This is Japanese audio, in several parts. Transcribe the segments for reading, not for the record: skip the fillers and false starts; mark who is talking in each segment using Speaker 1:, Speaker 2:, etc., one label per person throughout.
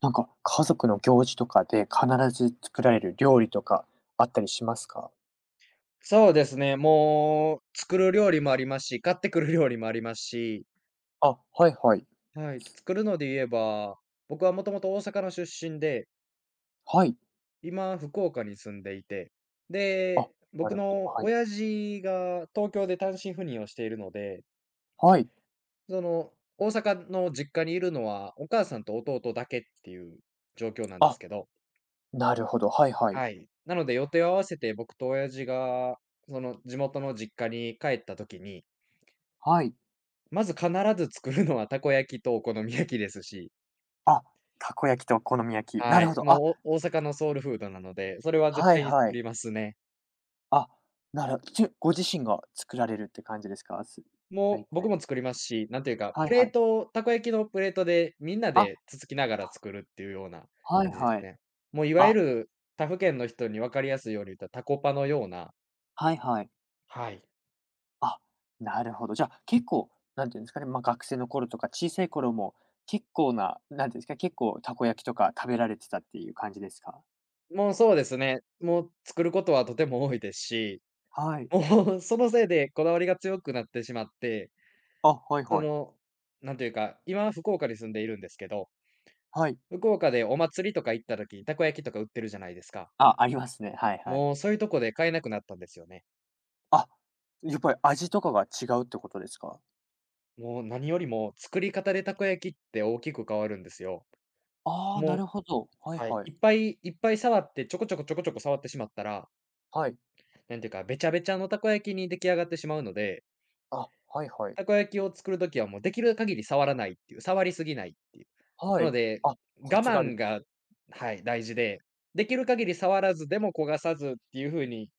Speaker 1: なんか、家族の行事とかで必ず作られる料理とかあったりしますか？
Speaker 2: そうですね、もう作る料理もありますし、買ってくる料理もありますし、
Speaker 1: あ、はいはい。
Speaker 2: はい、作るので言えば、僕はもともと大阪の出身で、
Speaker 1: はい。
Speaker 2: 今福岡に住んでいて、
Speaker 1: あ、
Speaker 2: で、
Speaker 1: な
Speaker 2: 僕
Speaker 1: るほど。
Speaker 2: の
Speaker 1: はい。
Speaker 2: 親父が東京で単身赴任をしているので、
Speaker 1: はい。
Speaker 2: その大阪の実家にいるのはお母さんと弟だけっていう状況なんです
Speaker 1: あ、
Speaker 2: けど、
Speaker 1: なるほど。はいはい。
Speaker 2: はい。なので予定を合わせて僕と親父がその地元の実家に帰った時に、
Speaker 1: はい。
Speaker 2: まず必ず作るのはたこ焼きとお好み焼きですし、
Speaker 1: あ、たこ焼きとお好み焼き。な
Speaker 2: は
Speaker 1: る
Speaker 2: い、
Speaker 1: ほど。あ、
Speaker 2: もうお大阪のソウルフードなので、それは絶
Speaker 1: はい
Speaker 2: 対に
Speaker 1: は
Speaker 2: 作
Speaker 1: い。
Speaker 2: りますね。
Speaker 1: あ、なるちゅご自身が作られるって感じですか？
Speaker 2: も
Speaker 1: 大
Speaker 2: う僕
Speaker 1: 体
Speaker 2: も
Speaker 1: は。
Speaker 2: 作りますし、なんていうか、
Speaker 1: は
Speaker 2: プ
Speaker 1: い
Speaker 2: レ
Speaker 1: は
Speaker 2: ー
Speaker 1: い。
Speaker 2: トをたこ焼きのプレートでみんな
Speaker 1: あ、
Speaker 2: でつつきながら作るっていうような
Speaker 1: はい
Speaker 2: 感じです
Speaker 1: はい。
Speaker 2: ね。もういわゆ
Speaker 1: あ、
Speaker 2: る他府県の人に分かりやすいように言ったらタコパのような
Speaker 1: はいはい。
Speaker 2: はい。
Speaker 1: あ、なるほど。じゃあ、結構、なんていうんですかね、まあ、学生の頃とか小さい頃も、結構な、なんていうんですか、結構たこ焼きとか食べられてたっていう感じですか？
Speaker 2: もうそうですね、もう作ることはとても多いですし、
Speaker 1: はい。
Speaker 2: もう そのせいでこだわりが強くなってしまって、
Speaker 1: あ、はい
Speaker 2: そ
Speaker 1: はい。
Speaker 2: の、なんていうか、今は福岡に住んでいるんですけど
Speaker 1: はい。
Speaker 2: 福岡でお祭りとか行った時、たこ焼きとか売ってるじゃないですか。
Speaker 1: あ、ありますね。はいはい。
Speaker 2: もうそういうとこで買えなくなったんですよね。
Speaker 1: あ、やっぱり味とかが違うってことですか？
Speaker 2: もう何よりも作り方でたこ焼きって大きく変わるんですよ。
Speaker 1: ああー、な
Speaker 2: もう、
Speaker 1: るほど。はい
Speaker 2: はい、
Speaker 1: はい。
Speaker 2: いっぱいいっぱい触って、ちょこちょこちょこちょこ触ってしまったら、
Speaker 1: はい。
Speaker 2: なんていうか、べちゃべちゃのたこ焼きに出来上がってしまうので、
Speaker 1: あ、はいはい。
Speaker 2: たこ焼きを作る時はもうできる限り触らないっていう、触りすぎないっていう。
Speaker 1: は
Speaker 2: なの
Speaker 1: い。
Speaker 2: で、
Speaker 1: あ、コ
Speaker 2: 我
Speaker 1: ツがあるん
Speaker 2: 慢
Speaker 1: で
Speaker 2: が、
Speaker 1: すね。
Speaker 2: はい、大事で、できる限り触らずでも焦がさずっていう風に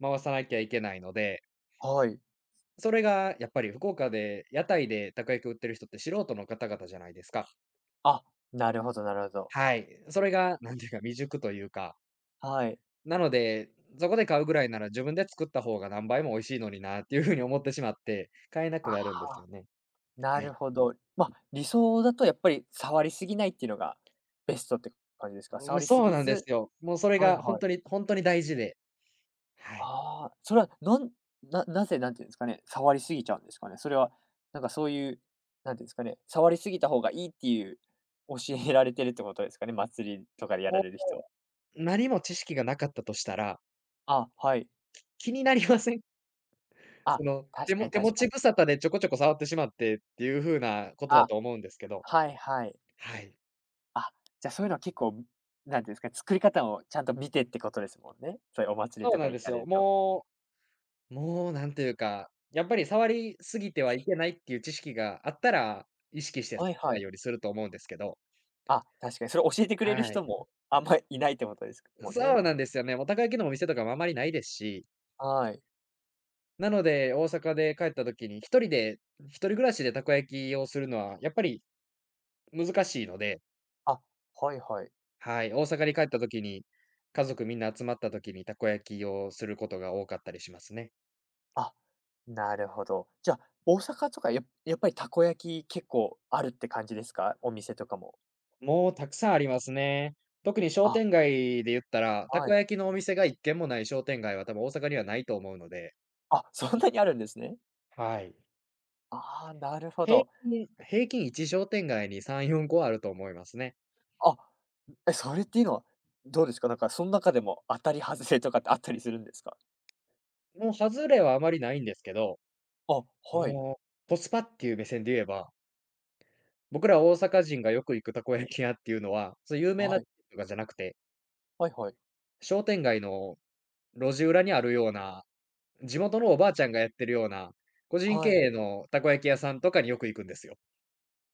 Speaker 2: 回さなきゃいけないので
Speaker 1: はい。
Speaker 2: それがやっぱり福岡で、屋台でたこ焼きを売ってる人って素人の方々じゃないですか。
Speaker 1: あ、なるほどなるほど。
Speaker 2: はい。それがなんていうか、未熟というか、
Speaker 1: はい。
Speaker 2: なので、そこで買うぐらいなら自分で作った方が何倍も美味しいのになっていう風に思ってしまって、買えなく
Speaker 1: あ
Speaker 2: なるんです
Speaker 1: あ。
Speaker 2: よね。
Speaker 1: な
Speaker 2: は
Speaker 1: る
Speaker 2: い。
Speaker 1: ほど。まあ、理想だとやっぱり触りすぎないっていうのがベストって感じですか？
Speaker 2: も
Speaker 1: 触
Speaker 2: う
Speaker 1: りす
Speaker 2: そう
Speaker 1: ぎ
Speaker 2: なんで
Speaker 1: ず。
Speaker 2: すよ。もうそれ
Speaker 1: はい
Speaker 2: が本
Speaker 1: はい。
Speaker 2: 当に本当に大事で、はい。
Speaker 1: ああ、それはなんななぜなんていうんですかね、触りすぎちゃうんですかね？それはなんかそういう、なんていうんですかね、触りすぎた方がいいっていう教えられてるってことですかね？祭りとかでや
Speaker 2: も
Speaker 1: られる
Speaker 2: う
Speaker 1: 人は。
Speaker 2: 何も知識がなかったとしたら、
Speaker 1: あ、はい。
Speaker 2: 気になりません？そ
Speaker 1: あ、
Speaker 2: の、手
Speaker 1: 確か
Speaker 2: も
Speaker 1: に
Speaker 2: 手持
Speaker 1: 確か
Speaker 2: ち
Speaker 1: に。
Speaker 2: 無沙汰でちょこちょこ触ってしまってっていう風なことだ
Speaker 1: あ、
Speaker 2: と思うんですけど、
Speaker 1: はいはい。
Speaker 2: はい。
Speaker 1: あ、じゃあそういうのは結構、なんていうんですか、作り方をちゃんと見てってことですもんね？そういうお祭り
Speaker 2: そう
Speaker 1: と
Speaker 2: な
Speaker 1: か
Speaker 2: んで
Speaker 1: 行
Speaker 2: す
Speaker 1: かれ
Speaker 2: よ。
Speaker 1: ると。
Speaker 2: もうなんというか、やっぱり触りすぎてはいけないっていう知識があったら、意識して触
Speaker 1: はい
Speaker 2: ら
Speaker 1: は
Speaker 2: ない
Speaker 1: い。
Speaker 2: ようにすると思うんですけど。
Speaker 1: あ、確かにそれ教えてくれる
Speaker 2: はい。
Speaker 1: 人もあんまいないってことですもん
Speaker 2: そ
Speaker 1: ね。
Speaker 2: うなんですよね。もうたこ焼きのお店とかもあまりないですし、
Speaker 1: はい。
Speaker 2: なので、大阪で帰った時に一人暮らしでたこ焼きをするのはやっぱり難しいので、
Speaker 1: あ、はいはい。
Speaker 2: はい、大阪に帰った時に、家族みんな集まった時にたこ焼きをすることが多かったりしますね。
Speaker 1: あ、なるほど。じゃ、あ、大阪とかやっぱりたこ焼き結構あるって感じですか？お店とかも。
Speaker 2: もうたくさんありますね。特に商
Speaker 1: あ、
Speaker 2: 店街で言ったら、た
Speaker 1: は
Speaker 2: こ
Speaker 1: い。
Speaker 2: 焼きのお店が一軒もない商店街は多分大阪にはないと思うので。
Speaker 1: あ、そんなにあるんですね。
Speaker 2: はい。
Speaker 1: ああ、なるほ
Speaker 2: 平
Speaker 1: ど。
Speaker 2: 均平均1商店街に3、4個あると思いますね。
Speaker 1: あ、え、それっていうのはどうですか？なんかその中でも当たり外れとかってあったりするんですか？
Speaker 2: もう外れはあまりないんですけど、
Speaker 1: あ、はい。
Speaker 2: もうコスパっていう目線で言えば、僕ら大阪人がよく行くたこ焼き屋っていうのは、そう有名な
Speaker 1: はい。
Speaker 2: とかじゃなくて、
Speaker 1: はいはい。
Speaker 2: 商店街の路地裏にあるような、地元のおばあちゃんがやってるような、個人
Speaker 1: は
Speaker 2: 経
Speaker 1: い。
Speaker 2: 営のたこ焼き屋さんとかによく行くんですよ。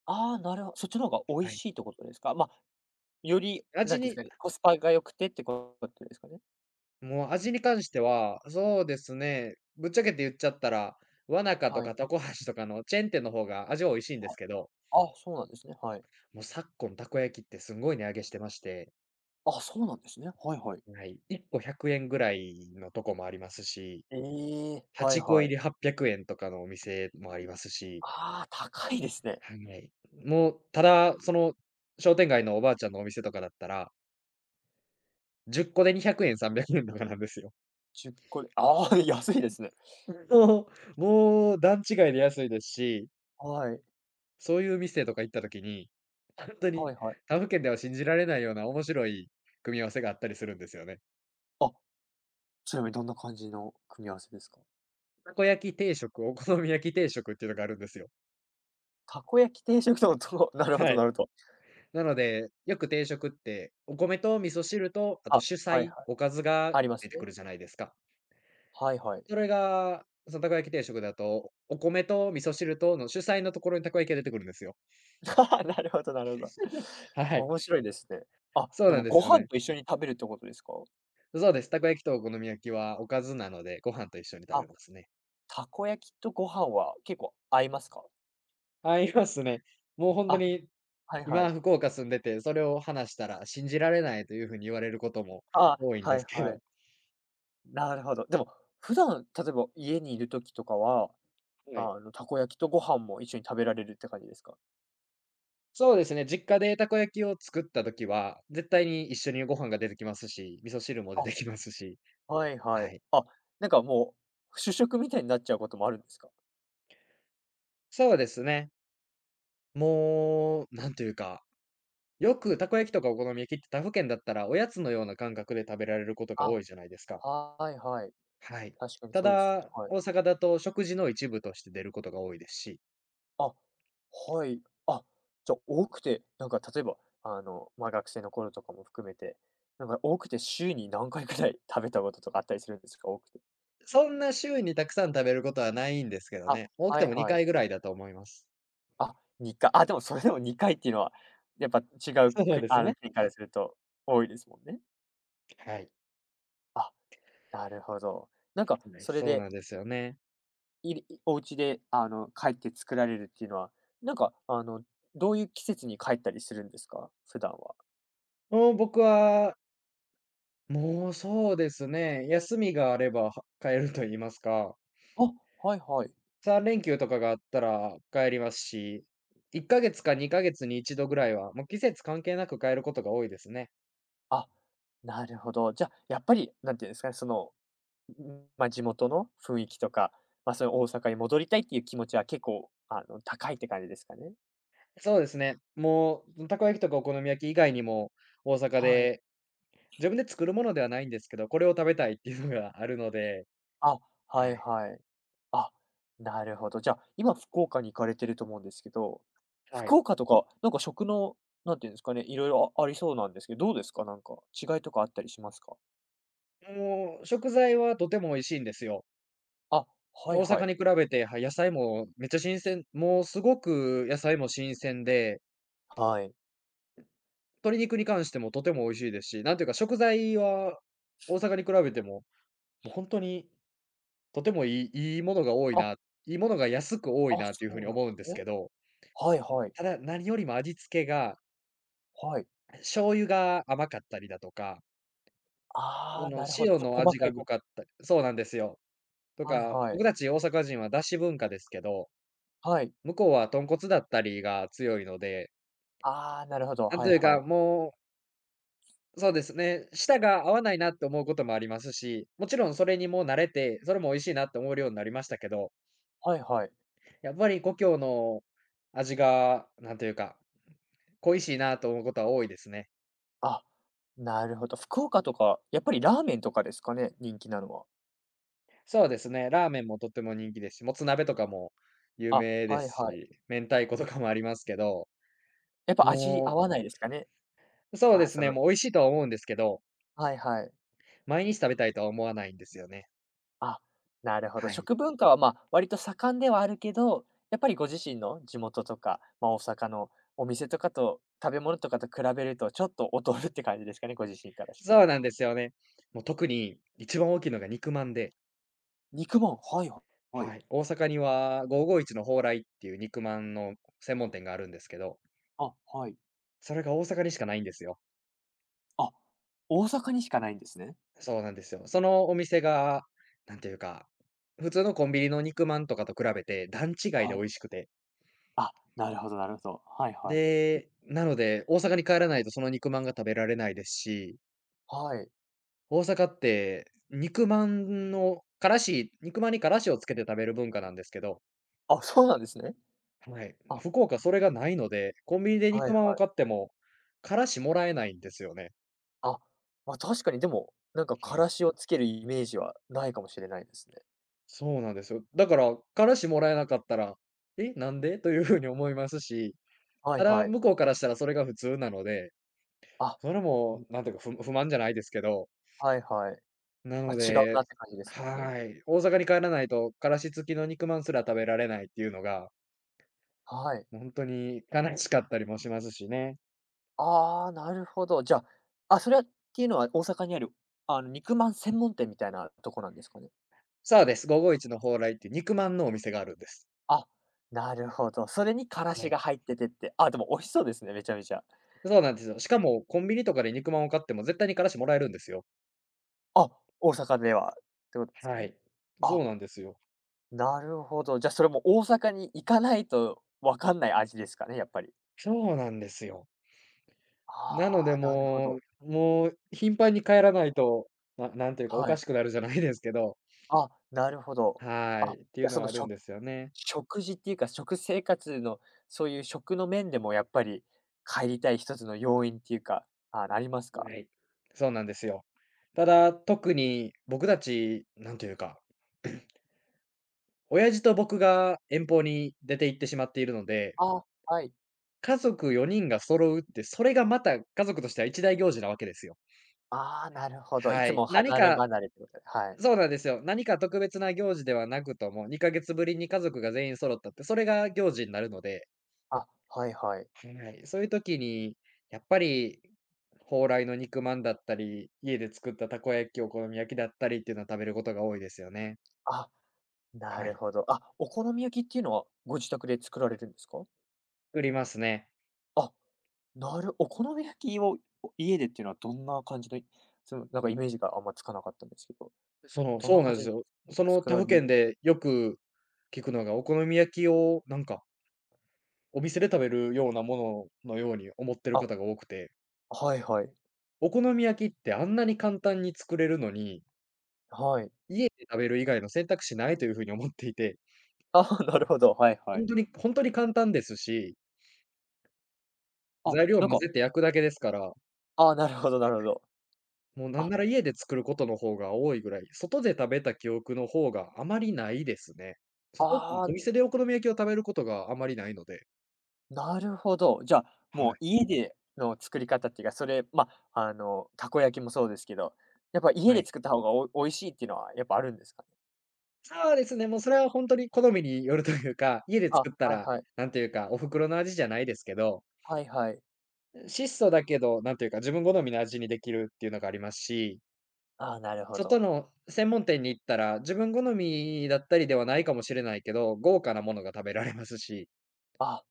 Speaker 1: ああ、なるほど、そっちの方が美味
Speaker 2: はい。
Speaker 1: しいってことですか？まあ、より、な
Speaker 2: 味
Speaker 1: んていうんです
Speaker 2: に
Speaker 1: かね、コスパが良くてってことですかね？
Speaker 2: もう味に関しては、そうですね、ぶっちゃけて言っちゃったら、わなかと
Speaker 1: はい。
Speaker 2: かたこ橋とかのチェーン店の方が味は美味しいんで
Speaker 1: あ、
Speaker 2: すけど、
Speaker 1: あ、そうなんですね、はい。
Speaker 2: もう昨今たこ焼きってすんごい値上げしてまして、
Speaker 1: あ、そうなんですね。はいはい。
Speaker 2: はい、1個100円ぐらいのとこもありますし、
Speaker 1: ええ、
Speaker 2: 8
Speaker 1: はい
Speaker 2: 個
Speaker 1: は
Speaker 2: 入
Speaker 1: い。
Speaker 2: り800円とかのお店もありますし、
Speaker 1: ああ、高いですね。
Speaker 2: はい。もう、ただ、その商店街のおばあちゃんのお店とかだったら、10個で200円、300円とかなんですよ。
Speaker 1: 10個で、ああ、安いですね。
Speaker 2: もう、もう段違いで安いですし
Speaker 1: はい。
Speaker 2: そういう店とか行った時に、本当に
Speaker 1: はいはい。
Speaker 2: 他府県では信じられないような面白い組み合わせがあったりするんですよね。
Speaker 1: あ、ちなみにどんな感じの組み合わせですか？
Speaker 2: たこ焼き定食、お好み焼き定食っていうのがあるんですよ。
Speaker 1: たこ焼き定食と なるほ
Speaker 2: は
Speaker 1: どな
Speaker 2: い。
Speaker 1: るほど。
Speaker 2: なので、よく定食って、お米と味噌汁と、あ
Speaker 1: あ、
Speaker 2: と主
Speaker 1: はい
Speaker 2: 菜、
Speaker 1: はい。
Speaker 2: おかずが
Speaker 1: ありま
Speaker 2: 出
Speaker 1: す
Speaker 2: てく
Speaker 1: ね。
Speaker 2: るじゃないですか。
Speaker 1: はいはい。
Speaker 2: それが、そのたこ焼き定食だと、お米と味噌汁との主菜のところにたこ焼きが出てくるんですよ。
Speaker 1: なるほどなるほど。
Speaker 2: はい。
Speaker 1: 面白いですね。あ、
Speaker 2: そう
Speaker 1: で
Speaker 2: なん
Speaker 1: も
Speaker 2: です
Speaker 1: ご
Speaker 2: よ
Speaker 1: 飯
Speaker 2: ね。
Speaker 1: と一緒に食べるってことですか？
Speaker 2: そうです。たこ焼きとお好み焼きはおかずなので、ご飯と一緒に食べ
Speaker 1: あ、
Speaker 2: ますね。
Speaker 1: たこ焼きとご飯は結構合いますか？
Speaker 2: ありますね。もう本当
Speaker 1: あ、
Speaker 2: に、
Speaker 1: はいは
Speaker 2: 今
Speaker 1: い。
Speaker 2: 福岡住んでて、それを話したら信じられないという風に言われることも
Speaker 1: ああ、
Speaker 2: 多いん
Speaker 1: は
Speaker 2: で
Speaker 1: い
Speaker 2: すけ
Speaker 1: は
Speaker 2: ど、
Speaker 1: い。なるほど。でも、普段、例えば家にいる時とかは、
Speaker 2: はい。
Speaker 1: たこ焼きとご飯も一緒に食べられるって感じですか？
Speaker 2: そうですね、実家でたこ焼きを作った時は、絶対に一緒にご飯が出てきますし、味噌汁も出
Speaker 1: あ、
Speaker 2: てきますし、
Speaker 1: はいは
Speaker 2: は
Speaker 1: い。
Speaker 2: い。
Speaker 1: あ、なんかもう、主食みたいになっちゃうこともあるんですか？
Speaker 2: そうですね。もう、なんというか、よくたこ焼きとかお好み焼きって他府県だったらおやつのような感覚で食べられることが
Speaker 1: あ、
Speaker 2: 多いじゃないですか。
Speaker 1: はいはい。
Speaker 2: はい。
Speaker 1: 確かに
Speaker 2: た
Speaker 1: そうですね。
Speaker 2: だ、
Speaker 1: はい。
Speaker 2: 大阪だと食事の一部として出ることが多いですし
Speaker 1: あ、はい。あ、じゃ、多くて、なんか例えば、まあ、学生の頃とかも含めて、なんか多くて週に何回くらい食べたこととかあったりするんですか？多くて。
Speaker 2: そんな週にたくさん食べることはないんですけど
Speaker 1: あ、
Speaker 2: ね。多く
Speaker 1: は
Speaker 2: て
Speaker 1: い
Speaker 2: も
Speaker 1: はい。
Speaker 2: 2回ぐらいだと思います。
Speaker 1: あ、2回。あ、でもそれでも2回っていうのは、やっぱ違う
Speaker 2: そう
Speaker 1: く
Speaker 2: ですね。
Speaker 1: 国からすると多いですもんね。
Speaker 2: はい。
Speaker 1: あ、なるほど。なんか
Speaker 2: はい、
Speaker 1: それ
Speaker 2: そう
Speaker 1: で、
Speaker 2: なんですよね。
Speaker 1: いいお家で、帰って作られるっていうのは、なんか、どういう季節に帰ったりするんですか？普段は。
Speaker 2: もう僕は、もうそうですね、休みがあれば、は帰ると言いますか、
Speaker 1: あ、はいはい。
Speaker 2: 3連休とかがあったら帰りますし、1ヶ月か2ヶ月に1度ぐらいは、もう季節関係なく帰ることが多いですね。
Speaker 1: あ、なるほど。じゃあ、やっぱり、なんていうんですかね、んまあ、地元の雰囲気とか、まあ、大阪に戻りたいっていう気持ちは結構、高いって感じですかね？
Speaker 2: そうですね、もう、たこ焼きとかお好み焼き以外にも、大阪
Speaker 1: はい。
Speaker 2: で自分で作るものではないんですけど、これを食べたいっていうのがあるので、
Speaker 1: あ、は
Speaker 2: は
Speaker 1: い
Speaker 2: い。
Speaker 1: はい。あ、なるほど。じゃあ、今福岡に行かれてると思うんですけど、
Speaker 2: は
Speaker 1: 福
Speaker 2: い。
Speaker 1: 岡とか、なんか食の、なんていうんですかね、色々ありそうなんですけど、どうですか？なんか、違いとかあったりしますか？
Speaker 2: もう食材はとても美味しいんですよ。
Speaker 1: あ、は
Speaker 2: 大
Speaker 1: いは
Speaker 2: 阪
Speaker 1: い。
Speaker 2: に比べて、はい、野菜もめっちゃ新鮮、もうすごく野菜も新鮮で、
Speaker 1: はい。
Speaker 2: 鶏肉に関してもとても美味しいですし、なんていうか食材は大阪に比べても、もう本当にとてもいい、いいものが多い
Speaker 1: あ、
Speaker 2: な、いいものが安く多い
Speaker 1: あ、
Speaker 2: なって
Speaker 1: そ
Speaker 2: いうふうに
Speaker 1: うなん
Speaker 2: 思
Speaker 1: で
Speaker 2: うんで
Speaker 1: す
Speaker 2: す
Speaker 1: ね。
Speaker 2: けど、
Speaker 1: はいはい。
Speaker 2: ただ何よりも味付けが、
Speaker 1: はい。
Speaker 2: 醤油が甘かったりだとか、そ
Speaker 1: ああ、
Speaker 2: の
Speaker 1: なるほど。ち
Speaker 2: 塩
Speaker 1: ょっと
Speaker 2: の
Speaker 1: 細
Speaker 2: 味
Speaker 1: か
Speaker 2: が
Speaker 1: い
Speaker 2: 濃かったり、そうなんですよ。と
Speaker 1: はい
Speaker 2: か、
Speaker 1: は
Speaker 2: 僕
Speaker 1: い。
Speaker 2: たち大阪人はだし文化ですけど、
Speaker 1: はい。
Speaker 2: 向こうは豚骨だったりが強いので、
Speaker 1: ああ、なるほど。
Speaker 2: なん
Speaker 1: は
Speaker 2: と
Speaker 1: い
Speaker 2: いう
Speaker 1: は
Speaker 2: か、
Speaker 1: い。
Speaker 2: もう、そうですね、舌が合わないなって思うこともありますし、もちろんそれにもう慣れて、それも美味しいなって思うようになりましたけど、
Speaker 1: はいはい。
Speaker 2: やっぱり故郷の味が、なんというか、恋しいなと思うことは多いですね。
Speaker 1: あ、なるほど。福岡とか、やっぱりラーメンとかですかね、人気なのは。
Speaker 2: そうですね、ラーメンもとっても人気ですし、もつ鍋とかも有
Speaker 1: あ、
Speaker 2: 名で
Speaker 1: はい
Speaker 2: す
Speaker 1: はい。
Speaker 2: し、明太子とかもありますけど、
Speaker 1: やっぱ味合
Speaker 2: も
Speaker 1: わないですかね。
Speaker 2: う、そうで
Speaker 1: まあ、
Speaker 2: すね、もう美味しいとは思うんですけど、
Speaker 1: はいはい。
Speaker 2: 毎日食べたいとは思わないんですよね。
Speaker 1: あ、なるほど。
Speaker 2: はい。
Speaker 1: 食文化は、まあ、割と盛んではあるけど、やっぱりご自身の地元とか、まあ、大阪のお店とかと、食べ物とかと比べるとちょっと劣るって感じですかね、ご自身からして。
Speaker 2: そうなんですよね。もう特に一番大きいのが肉まんで、
Speaker 1: 肉まん、はいは
Speaker 2: は
Speaker 1: い。
Speaker 2: い、大阪には551の蓬莱っていう肉まんの専門店があるんですけど、
Speaker 1: あ、はい。
Speaker 2: それが大阪にしかないんですよ。
Speaker 1: あ、大阪にしかないんですね。
Speaker 2: そうなんですよ。そのお店が、なんていうか、普通のコンビニの肉まんとかと比べて段違いで美
Speaker 1: はい。
Speaker 2: 味しくて。
Speaker 1: あ、なるほどなるほど。はいはい。
Speaker 2: で、なので、大阪に帰らないとその肉まんが食べられないですし、
Speaker 1: はい。
Speaker 2: 大阪って肉まんにからしをつけて食べる文化なんですけど、
Speaker 1: あ、そうなんですね。
Speaker 2: はい。
Speaker 1: あ、
Speaker 2: 福岡それがないので、コンビニで
Speaker 1: はい
Speaker 2: 肉まんを
Speaker 1: はい。
Speaker 2: 買っても、からしもらえないんですよね。
Speaker 1: あ、ま、確かにでも、なんか
Speaker 2: う
Speaker 1: か
Speaker 2: ん。
Speaker 1: らしをつけるイメージはないかもしれないですね。
Speaker 2: そうなんですよ。だから、からしもらえなかったら、「え、なんで？という風に思いますし、
Speaker 1: はい
Speaker 2: ただ、
Speaker 1: はい。
Speaker 2: 向こうからしたらそれが普通なので、
Speaker 1: あ、
Speaker 2: それ
Speaker 1: ん、
Speaker 2: もなんていうか、不満じゃないですけど、
Speaker 1: はいはい。
Speaker 2: な
Speaker 1: ま、
Speaker 2: の
Speaker 1: 違う
Speaker 2: で
Speaker 1: なって感じですもんね。
Speaker 2: はい、大阪に帰らないと、からし付きの肉まんすら食べられないっていうのが、
Speaker 1: はい。
Speaker 2: 本当に悲しかったりもしますしね。
Speaker 1: ああ、なるほど。じゃあ、あ、それはっていうのは大阪にある、肉まん専門店みたいなとこなんですかね？
Speaker 2: そうです、551の蓬莱っていう肉まんのお店があるんです。
Speaker 1: あ、なるほど。それにから
Speaker 2: は
Speaker 1: し
Speaker 2: い。
Speaker 1: が入っててって、あ、でも美味しそうですね、めちゃめちゃ。
Speaker 2: そうなんですよ。しかもコンビニとかで肉まんを買っても絶対にからしもらえるんですよ。
Speaker 1: あ、大阪ではってことですか
Speaker 2: は
Speaker 1: ね？
Speaker 2: い。そ
Speaker 1: あ、
Speaker 2: うなんですよ。
Speaker 1: なるほど。じゃ、あ、それも大阪に行かないと分かんない味ですかね、やっぱり。
Speaker 2: そうなんですよ。なの
Speaker 1: あ
Speaker 2: で
Speaker 1: あ、なるほ
Speaker 2: も
Speaker 1: ど。
Speaker 2: う、もう頻繁に帰らないと、ななんていうか、お
Speaker 1: は
Speaker 2: か
Speaker 1: い。
Speaker 2: しくなるじゃないですけど、
Speaker 1: あ、なるほど。
Speaker 2: は
Speaker 1: あ、
Speaker 2: い、ってい
Speaker 1: じ
Speaker 2: う
Speaker 1: ゃ、
Speaker 2: の
Speaker 1: そ
Speaker 2: は
Speaker 1: の、
Speaker 2: あ
Speaker 1: し
Speaker 2: るん
Speaker 1: ょ
Speaker 2: ですよね。
Speaker 1: 食事っていうか、食生活の、そういう食の面でもやっぱり帰りたい一つの要因っていうか、あ、あります
Speaker 2: は
Speaker 1: か？
Speaker 2: い。そうなんですよ。ただ、特に僕たち、なんていうか、親父と僕が遠方に出て行ってしまっているので、
Speaker 1: あ、はい。
Speaker 2: 家族4人が揃うって、それがまた家族としては一大行事なわけですよ。
Speaker 1: ああ、なるほど。い
Speaker 2: は
Speaker 1: つ
Speaker 2: い。
Speaker 1: も離れ離れってことで、はい。
Speaker 2: そうなんですよ。何か特別な行事ではなくとも、2ヶ月ぶりに家族が全員揃ったって、それが行事になるので、
Speaker 1: あ、はいはい。
Speaker 2: はい、そういう時に、やっぱり、蓬莱の肉まんだったり、家で作ったたこ焼き、お好み焼きだったりっていうのは食べることが多いですよね。
Speaker 1: あ、な
Speaker 2: は
Speaker 1: る
Speaker 2: い。
Speaker 1: ほど。あ、お好み焼きっていうのはご自宅で作られるんですか？
Speaker 2: 作りますね。
Speaker 1: あなるお好み焼きを、家でっていうのはどんな感じのなんかイメージがあんまつかなかったんですけど、どん
Speaker 2: そう
Speaker 1: な
Speaker 2: なん
Speaker 1: 感
Speaker 2: で
Speaker 1: じ
Speaker 2: す
Speaker 1: で
Speaker 2: よ。その
Speaker 1: 作
Speaker 2: 他
Speaker 1: ら
Speaker 2: 府
Speaker 1: れる。
Speaker 2: 県でよく聞くのが、お好み焼きをお店で食べるようなもののように思ってる
Speaker 1: あ、
Speaker 2: 方が多くて、
Speaker 1: はいはい。
Speaker 2: お好み焼きってあんなに簡単に作れるのに
Speaker 1: はい。
Speaker 2: 家で食べる以外の選択肢ないというふうに思っていて、
Speaker 1: あ なるほど、はいは
Speaker 2: ほん
Speaker 1: い。
Speaker 2: とにほんとに簡単ですし、
Speaker 1: あ、
Speaker 2: 材料
Speaker 1: なん
Speaker 2: 混
Speaker 1: か、
Speaker 2: ぜて焼くだけですから、
Speaker 1: あ、なるほどなるほど。
Speaker 2: もうなん
Speaker 1: あ、
Speaker 2: なら家で作ることの方が多いぐらい、外で食べた記憶の方があまりないですね。うん、
Speaker 1: あ
Speaker 2: お
Speaker 1: あ、
Speaker 2: 店でお好み焼きを食べることがあまりないので、
Speaker 1: なるほど。じゃあ、
Speaker 2: は
Speaker 1: もう
Speaker 2: い、
Speaker 1: 家での作り方っていうか、それ、ま、たこ焼きもそうですけど、やっぱ家
Speaker 2: は
Speaker 1: で
Speaker 2: い。
Speaker 1: 作った方がおおい美味しいっていうのはやっぱあるんですかね？
Speaker 2: そうですね、もうそれはほんとに好みによるというか、家で
Speaker 1: あ、
Speaker 2: 作った
Speaker 1: はい
Speaker 2: ら、
Speaker 1: はい。
Speaker 2: なんていうか、お袋の味じゃないですけど、
Speaker 1: はいはい。
Speaker 2: 質素だけど、なんていうか、自分好みの味にできるっていうのがありますし
Speaker 1: ああ、なるほ
Speaker 2: 外
Speaker 1: ど。
Speaker 2: の専門店に行ったら、自分好みだったりではないかもしれないけど、豪華なものが食べられますし、
Speaker 1: あ、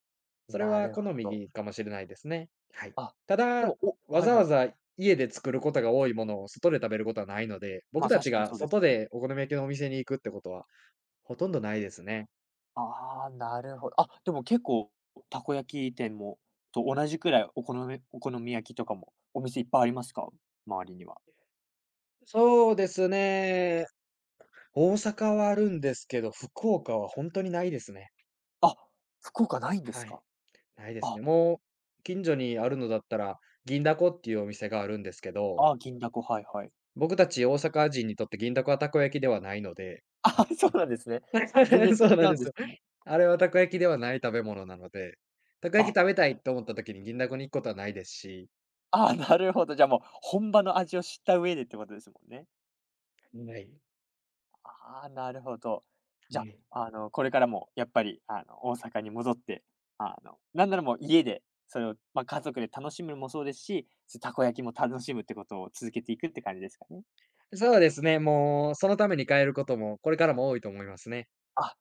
Speaker 2: それ
Speaker 1: な
Speaker 2: は
Speaker 1: る
Speaker 2: 好
Speaker 1: ほど。
Speaker 2: みかもしれないですね。はい。
Speaker 1: あ、
Speaker 2: た
Speaker 1: で
Speaker 2: だ、
Speaker 1: も、
Speaker 2: わ
Speaker 1: はい
Speaker 2: ざ
Speaker 1: は
Speaker 2: わ
Speaker 1: い。
Speaker 2: ざ家で作ることが多いものを外で食べることはないので、僕
Speaker 1: まあ、
Speaker 2: たち
Speaker 1: 確かに
Speaker 2: が
Speaker 1: そうです
Speaker 2: 外
Speaker 1: ね。
Speaker 2: でお好み焼きのお店に行くってことはほとんどないですね。
Speaker 1: ああ、なるほど。あ、でも結構たこ焼き店と同じくらいお好み焼きとかもお店いっぱいありますか？周りには。
Speaker 2: そうですね。大阪はあるんですけど、福岡は本当にないですね。
Speaker 1: あ、福岡ないんで
Speaker 2: は
Speaker 1: す
Speaker 2: い、
Speaker 1: か？
Speaker 2: ないですね。
Speaker 1: あ、
Speaker 2: もう、近所にあるのだったら、銀だこっていうお店があるんですけど
Speaker 1: ああ、銀だこ、はいはい。
Speaker 2: 僕たち大阪人にとって銀だこはたこ焼きではないので、
Speaker 1: あ そうなんですね。全然
Speaker 2: そう
Speaker 1: 違
Speaker 2: なん
Speaker 1: う
Speaker 2: で
Speaker 1: んで
Speaker 2: すよ。
Speaker 1: すね。
Speaker 2: あれはたこ焼きではない食べ物なので、たこ焼き
Speaker 1: あ、
Speaker 2: 食べたいと思った時に銀だこに行くことはないですし、
Speaker 1: ああ、なるほど。じゃあもう本場の味を知った上でってことですもんね。
Speaker 2: はい、
Speaker 1: ああ、なるほど。じ
Speaker 2: は
Speaker 1: ゃ
Speaker 2: い。
Speaker 1: あ、これからもやっぱり、大阪に戻って、なんならもう家で、それを、まあ、家族で楽しむのもそうですし、たこ焼きも楽しむってことを続けていくって感じですかね？
Speaker 2: そうですね、もうそのために変えることもこれからも多いと思いますね。
Speaker 1: あ、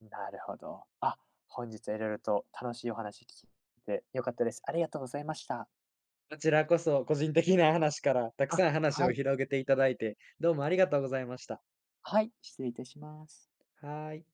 Speaker 1: なるほど。あ、本日はいろいろと楽しいお話聞いて良かったです。ありがとうございました。
Speaker 2: こちらこそ個人的な話からたく
Speaker 1: あ、
Speaker 2: さん話
Speaker 1: は
Speaker 2: を
Speaker 1: い。
Speaker 2: 広げていただいて、どうもありがとうございました。
Speaker 1: はい、失礼いたします。
Speaker 2: はーい。